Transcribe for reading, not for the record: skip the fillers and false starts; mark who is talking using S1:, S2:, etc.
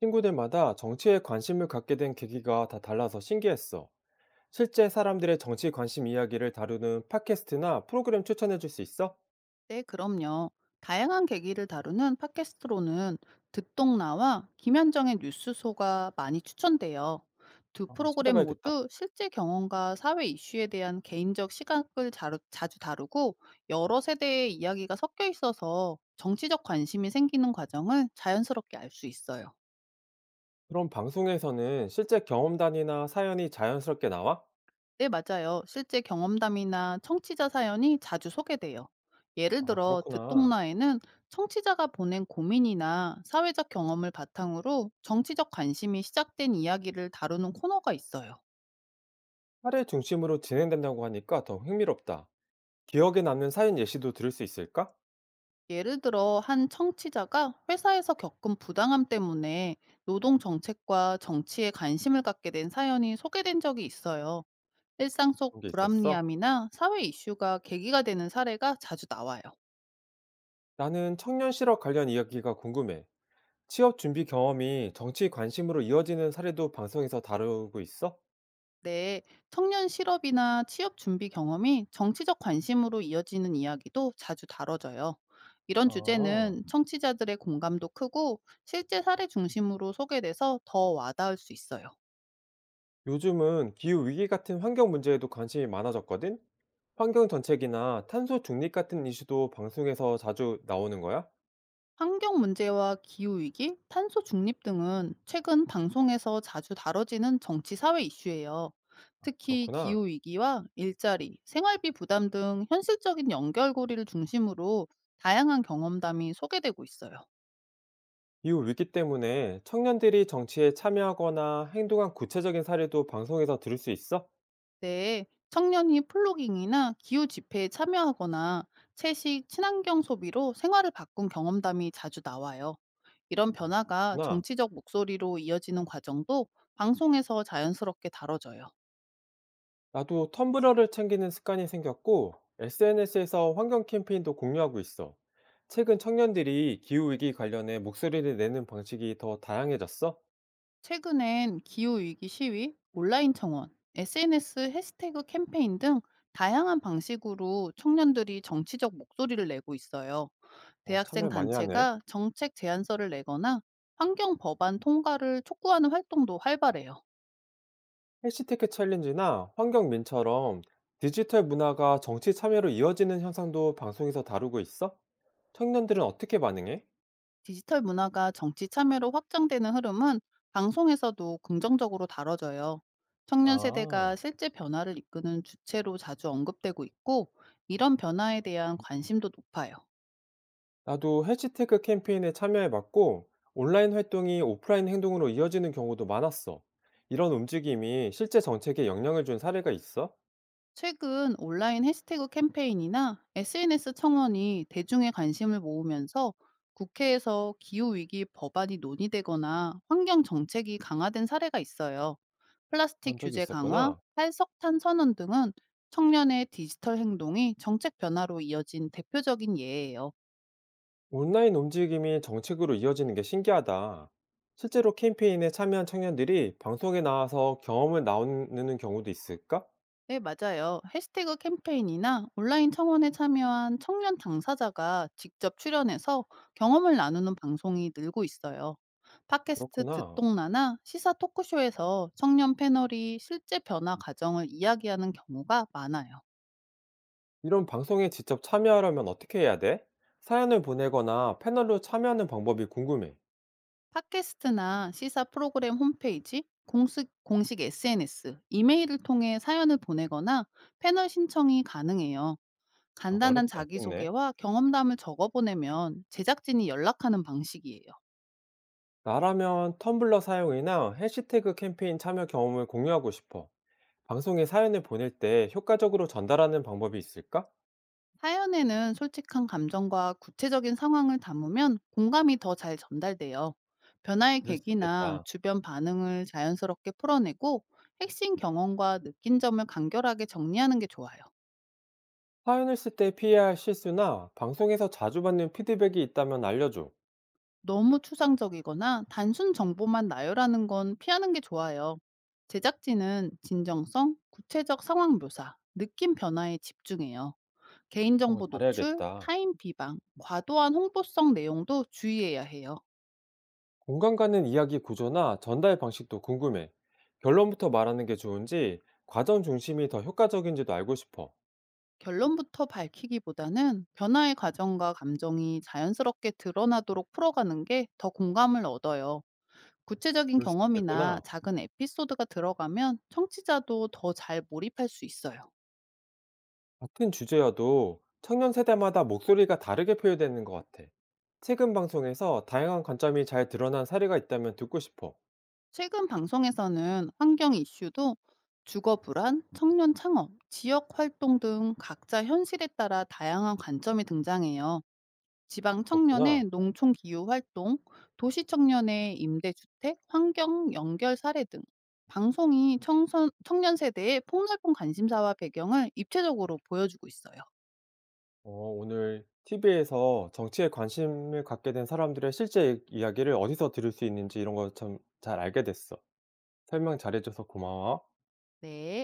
S1: 친구들마다 정치에 관심을 갖게 된 계기가 다 달라서 신기했어. 실제 사람들의 정치 관심 이야기를 다루는 팟캐스트나 프로그램 추천해 줄 수 있어?
S2: 네, 그럼요. 다양한 계기를 다루는 팟캐스트로는 듣동나와 김현정의 뉴스소가 많이 추천돼요. 두
S1: 한번
S2: 프로그램
S1: 찾아봐야겠다.
S2: 모두 실제 경험과 사회 이슈에 대한 개인적 시각을 자주 다루고 여러 세대의 이야기가 섞여 있어서 정치적 관심이 생기는 과정을 자연스럽게 알 수 있어요.
S1: 그럼 방송에서는 실제 경험담이나 사연이 자연스럽게 나와?
S2: 네, 맞아요. 실제 경험담이나 청취자 사연이 자주 소개돼요. 예를
S1: 아,
S2: 들어,
S1: 그렇구나.
S2: 듣동라에는 청취자가 보낸 고민이나 사회적 경험을 바탕으로 정치적 관심이 시작된 이야기를 다루는 코너가 있어요.
S1: 사례 중심으로 진행된다고 하니까 더 흥미롭다. 기억에 남는 사연 예시도 들을 수 있을까?
S2: 예를 들어, 한 청취자가 회사에서 겪은 부당함 때문에 노동 정책과 정치에 관심을 갖게 된 사연이 소개된 적이 있어요. 일상 속
S1: 그런 게 있었어?
S2: 불합리함이나 사회 이슈가 계기가 되는 사례가 자주 나와요.
S1: 나는 청년 실업 관련 이야기가 궁금해. 취업 준비 경험이 정치 관심으로 이어지는 사례도 방송에서 다루고 있어?
S2: 네, 청년 실업이나 취업 준비 경험이 정치적 관심으로 이어지는 이야기도 자주 다뤄져요. 이런
S1: 아.
S2: 주제는 청취자들의 공감도 크고 실제 사례 중심으로 소개돼서 더 와닿을 수 있어요.
S1: 요즘은 기후 위기 같은 환경 문제에도 관심이 많아졌거든? 환경 정책이나 탄소 중립 같은 이슈도 방송에서 자주 나오는 거야?
S2: 환경 문제와 기후위기, 탄소 중립 등은 최근 방송에서 자주 다뤄지는 정치 사회 이슈예요. 특히
S1: 그렇구나.
S2: 기후위기와 일자리, 생활비 부담 등 현실적인 연결고리를 중심으로 다양한 경험담이 소개되고 있어요.
S1: 기후 위기 때문에 청년들이 정치에 참여하거나 행동한 구체적인 사례도 방송에서 들을 수 있어?
S2: 네, 청년이 플로깅이나 기후 집회에 참여하거나 채식, 친환경 소비로 생활을 바꾼 경험담이 자주 나와요. 이런 변화가
S1: 그렇구나.
S2: 정치적 목소리로 이어지는 과정도 방송에서 자연스럽게 다뤄져요.
S1: 나도 텀블러를 챙기는 습관이 생겼고, SNS에서 환경 캠페인도 공유하고 있어. 최근 청년들이 기후 위기 관련해 목소리를 내는 방식이 더 다양해졌어?
S2: 최근엔 기후위기 시위, 온라인 청원, SNS 해시태그 캠페인 등 다양한 방식으로 청년들이 정치적 목소리를 내고 있어요.
S1: 어,
S2: 대학생
S1: 참여 많이 하네.
S2: 단체가 정책 제안서를 내거나 환경 법안 통과를 촉구하는 활동도 활발해요.
S1: 해시태그 챌린지나 환경민처럼 디지털 문화가 정치 참여로 이어지는 현상도 방송에서 다루고 있어? 청년들은 어떻게 반응해?
S2: 디지털 문화가 정치 참여로 확장되는 흐름은 방송에서도 긍정적으로 다뤄져요. 청년 세대가
S1: 아,
S2: 실제 변화를 이끄는 주체로 자주 언급되고 있고, 이런 변화에 대한 관심도 높아요.
S1: 나도 해시태그 캠페인에 참여해봤고 온라인 활동이 오프라인 행동으로 이어지는 경우도 많았어. 이런 움직임이 실제 정책에 영향을 준 사례가 있어?
S2: 최근 온라인 해시태그 캠페인이나 SNS 청원이 대중의 관심을 모으면서 국회에서 기후위기 법안이 논의되거나 환경 정책이 강화된 사례가 있어요. 플라스틱
S1: 그런 적이
S2: 규제 강화,
S1: 있었구나.
S2: 탈석탄 선언 등은 청년의 디지털 행동이 정책 변화로 이어진 대표적인 예예요.
S1: 온라인 움직임이 정책으로 이어지는 게 신기하다. 실제로 캠페인에 참여한 청년들이 방송에 나와서 경험을 나누는 경우도 있을까?
S2: 네, 맞아요. 해시태그 캠페인이나 온라인 청원에 참여한 청년 당사자가 직접 출연해서 경험을 나누는 방송이 늘고 있어요. 팟캐스트
S1: 그렇구나.
S2: 듣동나나 시사 토크쇼에서 청년 패널이 실제 변화 과정을 이야기하는 경우가 많아요.
S1: 이런 방송에 직접 참여하려면 어떻게 해야 돼? 사연을 보내거나 패널로 참여하는 방법이 궁금해.
S2: 팟캐스트나 시사 프로그램 홈페이지, 공식 SNS, 이메일을 통해 사연을 보내거나 패널 신청이 가능해요.
S1: 아,
S2: 간단한
S1: 어렵지 않겠네.
S2: 자기소개와 경험담을 적어 보내면 제작진이 연락하는 방식이에요.
S1: 나라면 텀블러 사용이나 해시태그 캠페인 참여 경험을 공유하고 싶어. 방송에 사연을 보낼 때 효과적으로 전달하는 방법이 있을까?
S2: 사연에는 솔직한 감정과 구체적인 상황을 담으면 공감이 더 잘 전달돼요. 변화의
S1: 그럴 수
S2: 계기나
S1: 있겠다.
S2: 주변 반응을 자연스럽게 풀어내고 핵심 경험과 느낀 점을 간결하게 정리하는 게 좋아요.
S1: 사연을 쓸 때 피해야 할 실수나 방송에서 자주 받는 피드백이 있다면 알려줘.
S2: 너무 추상적이거나 단순 정보만 나열하는 건 피하는 게 좋아요. 제작진은 진정성, 구체적 상황 묘사, 느낌 변화에 집중해요.
S1: 그거
S2: 개인정보 노출,
S1: 잘해야겠다.
S2: 타인 비방, 과도한 홍보성 내용도 주의해야 해요.
S1: 공감 가는 이야기 구조나 전달 방식도 궁금해. 결론부터 말하는 게 좋은지, 과정 중심이 더 효과적인지도 알고 싶어.
S2: 결론부터 밝히기보다는 변화의 과정과 감정이 자연스럽게 드러나도록 풀어가는 게 더 공감을 얻어요. 구체적인
S1: 그럴 수
S2: 경험이나
S1: 있겠구나.
S2: 작은 에피소드가 들어가면 청취자도 더 잘 몰입할 수 있어요.
S1: 같은 주제여도 청년 세대마다 목소리가 다르게 표현되는 것 같아. 최근 방송에서 다양한 관점이 잘 드러난 사례가 있다면 듣고 싶어.
S2: 최근 방송에서는 환경 이슈도 주거 불안, 청년 창업, 지역 활동 등 각자 현실에 따라 다양한 관점이 등장해요. 지방
S1: 그렇구나.
S2: 청년의 농촌 기후 활동, 도시 청년의 임대주택, 환경 연결 사례 등 방송이 청년 세대의 폭넓은 관심사와 배경을 입체적으로 보여주고 있어요.
S1: 어, 오늘 TV에서 정치에 관심을 갖게 된 사람들의 실제 이야기를 어디서 들을 수 있는지 이런 거 참 잘 알게 됐어. 설명 잘해줘서 고마워.
S2: 네.